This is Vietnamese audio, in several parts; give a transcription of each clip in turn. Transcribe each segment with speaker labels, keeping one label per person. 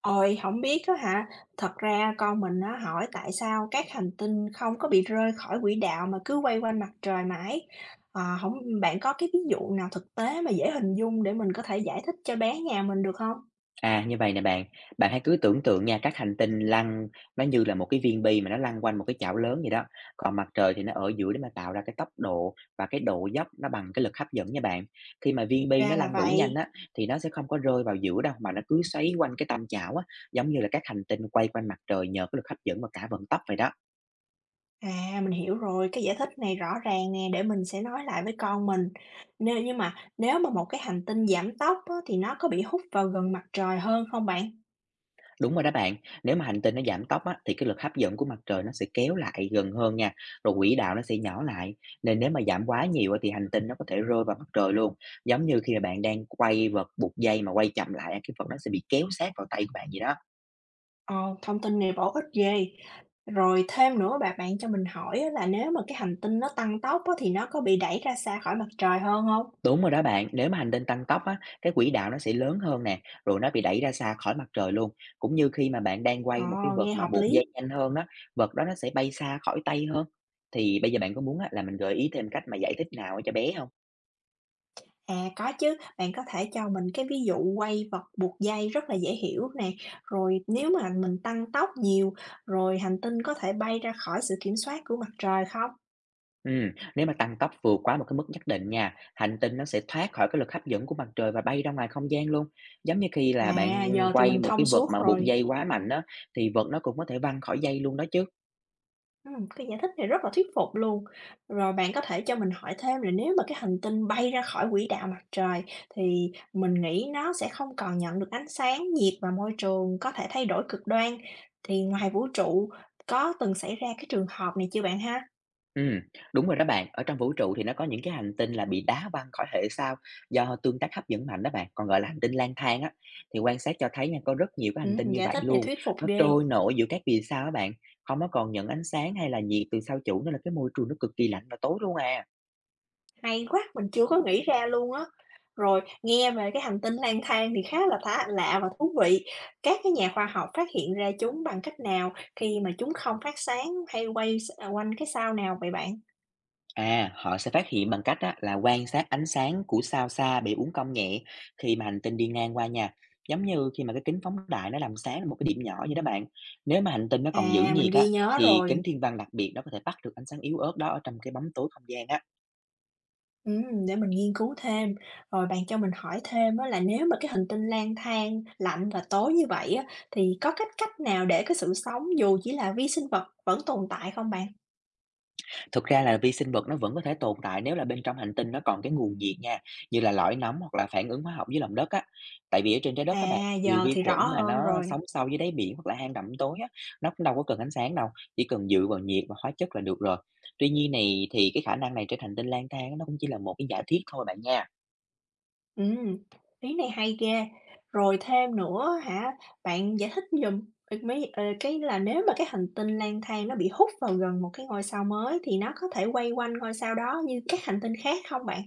Speaker 1: Ôi, không biết á hả? Thật ra con mình nó hỏi tại sao các hành tinh không có bị rơi khỏi quỹ đạo mà cứ quay quanh mặt trời mãi. Ờ, hổng Bạn có cái ví dụ nào thực tế mà dễ hình dung để mình có thể giải thích cho bé nhà mình được không?
Speaker 2: À, như vậy nè bạn, bạn hãy cứ tưởng tượng nha, các hành tinh lăn nó như là một cái viên bi mà nó lăn quanh một cái chảo lớn vậy đó, còn mặt trời thì nó ở giữa để mà tạo ra cái tốc độ và cái độ dốc nó bằng cái lực hấp dẫn nha bạn. Khi mà viên bi
Speaker 1: Ra
Speaker 2: nó
Speaker 1: là
Speaker 2: lăn đủ nhanh
Speaker 1: vậy.
Speaker 2: á, thì nó sẽ không có rơi vào giữa đâu, mà nó cứ xoáy quanh cái tâm chảo á, giống như là các hành tinh quay quanh mặt trời nhờ cái lực hấp dẫn và cả vận tốc vậy đó.
Speaker 1: À, mình hiểu rồi, cái giải thích này rõ ràng nè, để mình sẽ nói lại với con mình. Nếu mà một cái hành tinh giảm tốc á, thì nó có bị hút vào gần mặt trời hơn không bạn?
Speaker 2: Đúng rồi đó bạn, nếu mà hành tinh nó giảm tốc á, thì cái lực hấp dẫn của mặt trời nó sẽ kéo lại gần hơn nha, rồi quỹ đạo nó sẽ nhỏ lại. Nên nếu mà giảm quá nhiều á, thì hành tinh nó có thể rơi vào mặt trời luôn. Giống như khi mà bạn đang quay vật buộc dây mà quay chậm lại, cái vật nó sẽ bị kéo sát vào tay của bạn vậy đó.
Speaker 1: Ồ, thông tin này bổ ích ghê. Rồi thêm nữa bạn cho mình hỏi á là nếu mà cái hành tinh nó tăng tốc á thì nó có bị đẩy ra xa khỏi mặt trời hơn không?
Speaker 2: Đúng rồi đó bạn, nếu mà hành tinh tăng tốc á, cái quỹ đạo nó sẽ lớn hơn nè, rồi nó bị đẩy ra xa khỏi mặt trời luôn. Cũng như khi mà bạn đang
Speaker 1: Ờ,
Speaker 2: quay một cái vật
Speaker 1: nghe
Speaker 2: mà
Speaker 1: hợp
Speaker 2: buộc
Speaker 1: lý.
Speaker 2: dây nhanh hơn đó, vật đó nó sẽ bay xa khỏi tay hơn. Thì bây giờ bạn có muốn á, là mình gợi ý thêm cách mà giải thích nào cho bé không?
Speaker 1: À, có chứ, bạn có thể cho mình cái ví dụ quay vật buộc dây rất là dễ hiểu nè. Rồi nếu mà mình tăng tốc nhiều, rồi hành tinh có thể bay ra khỏi sự kiểm soát của mặt trời không?
Speaker 2: Nếu mà tăng tốc vượt quá một cái mức nhất định nha, hành tinh nó sẽ thoát khỏi cái lực hấp dẫn của mặt trời và bay ra ngoài không gian luôn. Giống như khi là bạn
Speaker 1: À, giờ thì
Speaker 2: quay
Speaker 1: mình
Speaker 2: một
Speaker 1: thông
Speaker 2: cái vật
Speaker 1: suốt
Speaker 2: mà buộc
Speaker 1: rồi.
Speaker 2: dây quá mạnh đó, thì vật nó cũng có thể văng khỏi dây luôn đó chứ.
Speaker 1: Cái giải thích này rất là thuyết phục luôn. Rồi bạn có thể cho mình hỏi thêm là nếu mà cái hành tinh bay ra khỏi quỹ đạo mặt trời thì mình nghĩ nó sẽ không còn nhận được ánh sáng, nhiệt và môi trường có thể thay đổi cực đoan. Thì ngoài vũ trụ có từng xảy ra cái trường hợp này chưa bạn ha?
Speaker 2: Ừm, đúng rồi đó bạn, ở trong vũ trụ thì nó có những cái hành tinh là bị đá văng khỏi hệ sao do tương tác hấp dẫn mạnh đó bạn, còn gọi là hành tinh lang thang á. Thì quan sát cho thấy nha, có rất nhiều cái hành tinh như
Speaker 1: Giải
Speaker 2: vậy
Speaker 1: thích này
Speaker 2: luôn,
Speaker 1: thuyết phục
Speaker 2: nó
Speaker 1: ghê.
Speaker 2: trôi nổi giữa các vì sao đó bạn, không có còn nhận ánh sáng hay là nhiệt từ sao chủ nên là cái môi trường nó cực kỳ lạnh và tối luôn à.
Speaker 1: Hay quá, mình chưa có nghĩ ra luôn á. Rồi, nghe về cái hành tinh lang thang thì khá là thá lạ và thú vị. Các cái nhà khoa học phát hiện ra chúng bằng cách nào khi mà chúng không phát sáng hay quanh cái sao nào vậy bạn?
Speaker 2: À, họ sẽ phát hiện bằng cách á, là quan sát ánh sáng của sao xa bị uốn cong nhẹ khi mà hành tinh đi ngang qua nha. Giống như khi mà cái kính phóng đại nó làm sáng một cái điểm nhỏ vậy đó bạn. Nếu mà hành tinh nó còn giữ
Speaker 1: À, mình
Speaker 2: nhiệt
Speaker 1: ghi
Speaker 2: á,
Speaker 1: nhớ
Speaker 2: thì kính
Speaker 1: rồi.
Speaker 2: thiên văn đặc biệt nó có thể bắt được ánh sáng yếu ớt đó ở trong cái bóng tối không gian á.
Speaker 1: Để mình nghiên cứu thêm. Rồi bạn cho mình hỏi thêm á là nếu mà cái hành tinh lang thang lạnh và tối như vậy á, thì có cách cách nào để cái sự sống dù chỉ là vi sinh vật vẫn tồn tại không bạn?
Speaker 2: Thực ra là vi sinh vật nó vẫn có thể tồn tại nếu là bên trong hành tinh nó còn cái nguồn nhiệt nha, như là lõi nóng hoặc là phản ứng hóa học dưới lòng đất á. Tại vì ở trên trái đất các bạn,
Speaker 1: À,
Speaker 2: nhiều
Speaker 1: giờ
Speaker 2: vi
Speaker 1: thì rõ
Speaker 2: khuẩn mà
Speaker 1: hơn
Speaker 2: nó
Speaker 1: rồi.
Speaker 2: sống sâu dưới đáy biển hoặc là hang đậm tối á, nó cũng đâu có cần ánh sáng đâu, chỉ cần dựa vào nhiệt và hóa chất là được rồi. Tuy nhiên này thì cái khả năng này trên hành tinh lang thang á, nó cũng chỉ là một cái giả thuyết thôi bạn nha.
Speaker 1: Ừm, ý này hay ghê. Rồi thêm nữa hả, bạn giải thích giùm, ờ, mấy ờ, cái là nếu mà cái hành tinh lang thang nó bị hút vào gần một cái ngôi sao mới thì nó có thể quay quanh ngôi sao đó như các hành tinh khác không bạn?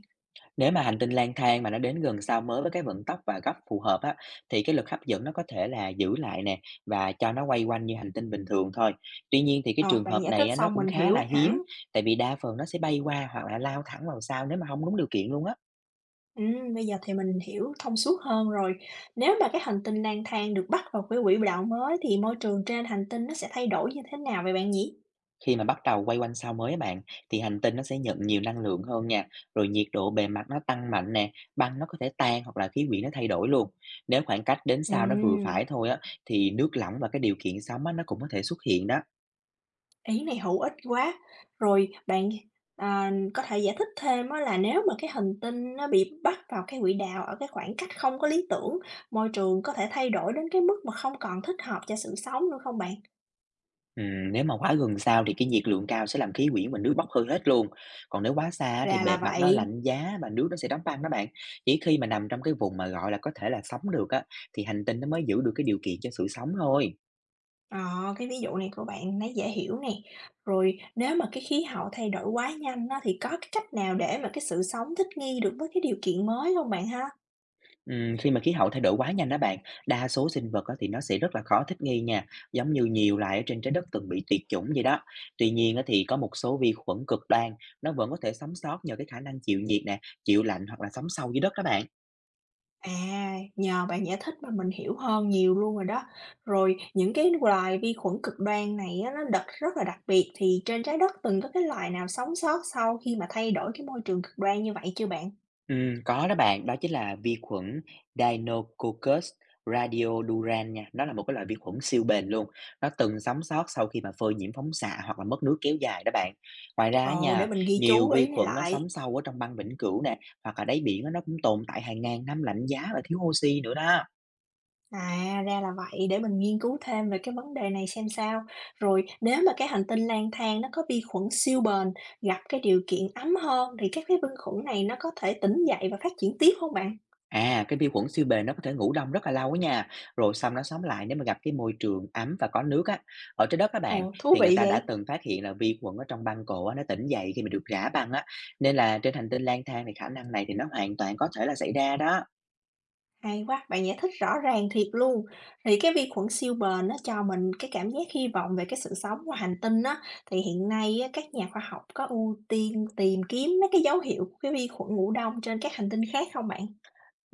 Speaker 2: Nếu mà hành tinh lang thang mà nó đến gần sao mới với cái vận tốc và góc phù hợp á, thì cái lực hấp dẫn nó có thể là giữ lại nè và cho nó quay quanh như hành tinh bình thường thôi. Tuy nhiên thì cái
Speaker 1: Rồi
Speaker 2: trường
Speaker 1: bạn
Speaker 2: hợp
Speaker 1: giải thích
Speaker 2: này á, nó
Speaker 1: xong
Speaker 2: cũng
Speaker 1: mình
Speaker 2: khá là
Speaker 1: hiểu
Speaker 2: hiếm,
Speaker 1: hẳn.
Speaker 2: tại vì đa phần nó sẽ bay qua hoặc là lao thẳng vào sao nếu mà không đúng điều kiện luôn á.
Speaker 1: Bây giờ thì mình hiểu thông suốt hơn rồi. Nếu mà cái hành tinh lang thang được bắt vào cái quỹ đạo mới thì môi trường trên hành tinh nó sẽ thay đổi như thế nào vậy bạn nhỉ?
Speaker 2: Khi mà bắt đầu quay quanh sao mới á bạn, thì hành tinh nó sẽ nhận nhiều năng lượng hơn nha, rồi nhiệt độ bề mặt nó tăng mạnh nè, băng nó có thể tan hoặc là khí quyển nó thay đổi luôn. Nếu khoảng cách đến sao nó vừa
Speaker 1: Ừm.
Speaker 2: phải thôi á, thì nước lỏng và cái điều kiện sóng á, nó cũng có thể xuất hiện đó.
Speaker 1: Ý này hữu ích quá. Rồi bạn, à, có thể giải thích thêm á là nếu mà cái hành tinh nó bị bắt vào cái quỹ đạo ở cái khoảng cách không có lý tưởng, môi trường có thể thay đổi đến cái mức mà không còn thích hợp cho sự sống nữa không bạn?
Speaker 2: Nếu mà quá gần sao thì cái nhiệt lượng cao sẽ làm khí quyển và nước bốc hơi hết luôn. Còn nếu quá xa á, thì
Speaker 1: Ra là
Speaker 2: bề mặt nó
Speaker 1: vậy.
Speaker 2: lạnh giá và nước nó sẽ đóng băng đó bạn. Chỉ khi mà nằm trong cái vùng mà gọi là có thể là sống được á, thì hành tinh nó mới giữ được cái điều kiện cho sự sống thôi.
Speaker 1: Ờ, cái ví dụ này của bạn thấy dễ hiểu nè. Rồi nếu mà cái khí hậu thay đổi quá nhanh á, thì có cái cách nào để mà cái sự sống thích nghi được với cái điều kiện mới không bạn ha?
Speaker 2: Khi mà khí hậu thay đổi quá nhanh đó bạn, đa số sinh vật á, thì nó sẽ rất là khó thích nghi nha, giống như nhiều loài ở trên trái đất từng bị tuyệt chủng vậy đó. Tuy nhiên á, thì có một số vi khuẩn cực đoan, nó vẫn có thể sống sót nhờ cái khả năng chịu nhiệt nè, chịu lạnh hoặc là sống sâu dưới đất đó bạn.
Speaker 1: À, nhờ bạn giải thích mà mình hiểu hơn nhiều luôn rồi đó. Rồi những cái loài vi khuẩn cực đoan này á, nó đặc rất là đặc biệt thì trên trái đất từng có cái loài nào sống sót sau khi mà thay đổi cái môi trường cực đoan như vậy chưa bạn?
Speaker 2: Có đó bạn, đó chính là vi khuẩn Deinococcus radiodurans nha. Nó là một cái loại vi khuẩn siêu bền luôn. Nó từng sống sót sau khi mà phơi nhiễm phóng xạ hoặc là mất nước kéo dài đó bạn. Ngoài ra á
Speaker 1: Ồ, để
Speaker 2: nha,
Speaker 1: mình ghi chú
Speaker 2: nhiều vi
Speaker 1: ý này
Speaker 2: khuẩn nó
Speaker 1: lại.
Speaker 2: sống sâu ở trong băng vĩnh cửu nè, hoặc là đáy biển á, nó cũng tồn tại hàng ngàn năm lạnh giá và thiếu oxy nữa đó.
Speaker 1: À, ra là vậy, để mình nghiên cứu thêm về cái vấn đề này xem sao. Rồi nếu mà cái hành tinh lang thang nó có vi khuẩn siêu bền, gặp cái điều kiện ấm hơn thì các cái vi khuẩn này nó có thể tỉnh dậy và phát triển tiếp không bạn?
Speaker 2: À, cái vi khuẩn siêu bền nó có thể ngủ đông rất là lâu á nha, rồi xong nó sống lại nếu mà gặp cái môi trường ấm và có nước á. Ở trên đất các bạn
Speaker 1: Ồ, thú
Speaker 2: thì người
Speaker 1: vị
Speaker 2: ta đã
Speaker 1: vậy.
Speaker 2: từng phát hiện là vi khuẩn ở trong băng cổ á, nó tỉnh dậy khi mà được rã băng á, nên là trên hành tinh lang thang thì khả năng này thì nó hoàn toàn có thể là xảy ra đó.
Speaker 1: Hay quá, bạn giải thích rõ ràng thiệt luôn. Thì cái vi khuẩn siêu bền nó cho mình cái cảm giác hy vọng về cái sự sống ngoài hành tinh á, thì hiện nay á, các nhà khoa học có ưu tiên tìm kiếm mấy cái dấu hiệu của cái vi khuẩn ngủ đông trên các hành tinh khác không bạn?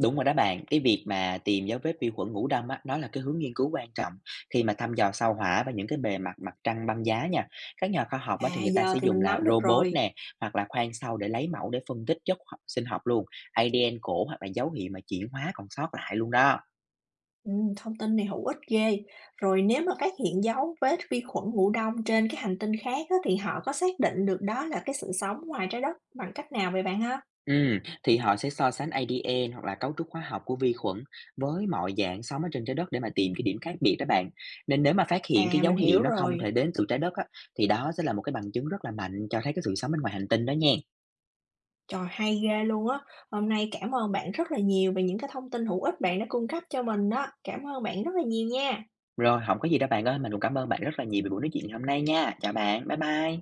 Speaker 2: Đúng rồi đó bạn, cái việc mà tìm dấu vết vi khuẩn ngủ đông á, nó là cái hướng nghiên cứu quan trọng khi mà thăm dò sao hỏa và những cái bề mặt mặt trăng băng giá nha. Các nhà khoa học á, thì
Speaker 1: À,
Speaker 2: người ta
Speaker 1: giờ
Speaker 2: sẽ
Speaker 1: thì
Speaker 2: dùng
Speaker 1: mình
Speaker 2: là
Speaker 1: nắm được
Speaker 2: robot
Speaker 1: rồi.
Speaker 2: nè hoặc là khoan sâu để lấy mẫu để phân tích chất sinh học luôn, ADN cổ hoặc là dấu hiệu mà chuyển hóa còn sót lại luôn đó.
Speaker 1: Ừ, thông tin này hữu ích ghê. Rồi nếu mà phát hiện dấu vết vi khuẩn ngủ đông trên cái hành tinh khác á, thì họ có xác định được đó là cái sự sống ngoài trái đất bằng cách nào vậy bạn ha?
Speaker 2: Thì họ sẽ so sánh ADN hoặc là cấu trúc hóa học của vi khuẩn với mọi dạng sống ở trên trái đất để mà tìm cái điểm khác biệt đó bạn. Nên nếu mà phát hiện cái
Speaker 1: À,
Speaker 2: dấu
Speaker 1: mình
Speaker 2: hiệu
Speaker 1: hiểu
Speaker 2: nó không
Speaker 1: rồi.
Speaker 2: thể đến từ trái đất á, thì đó sẽ là một cái bằng chứng rất là mạnh cho thấy cái sự sống bên ngoài hành tinh đó nha.
Speaker 1: Trời, hay ghê luôn á! Hôm nay cảm ơn bạn rất là nhiều về những cái thông tin hữu ích bạn đã cung cấp cho mình đó. Cảm ơn bạn rất là nhiều nha.
Speaker 2: Rồi, không có gì đâu bạn ơi, mình cũng cảm ơn bạn rất là nhiều vì buổi nói chuyện ngày hôm nay nha. Chào bạn, bye bye.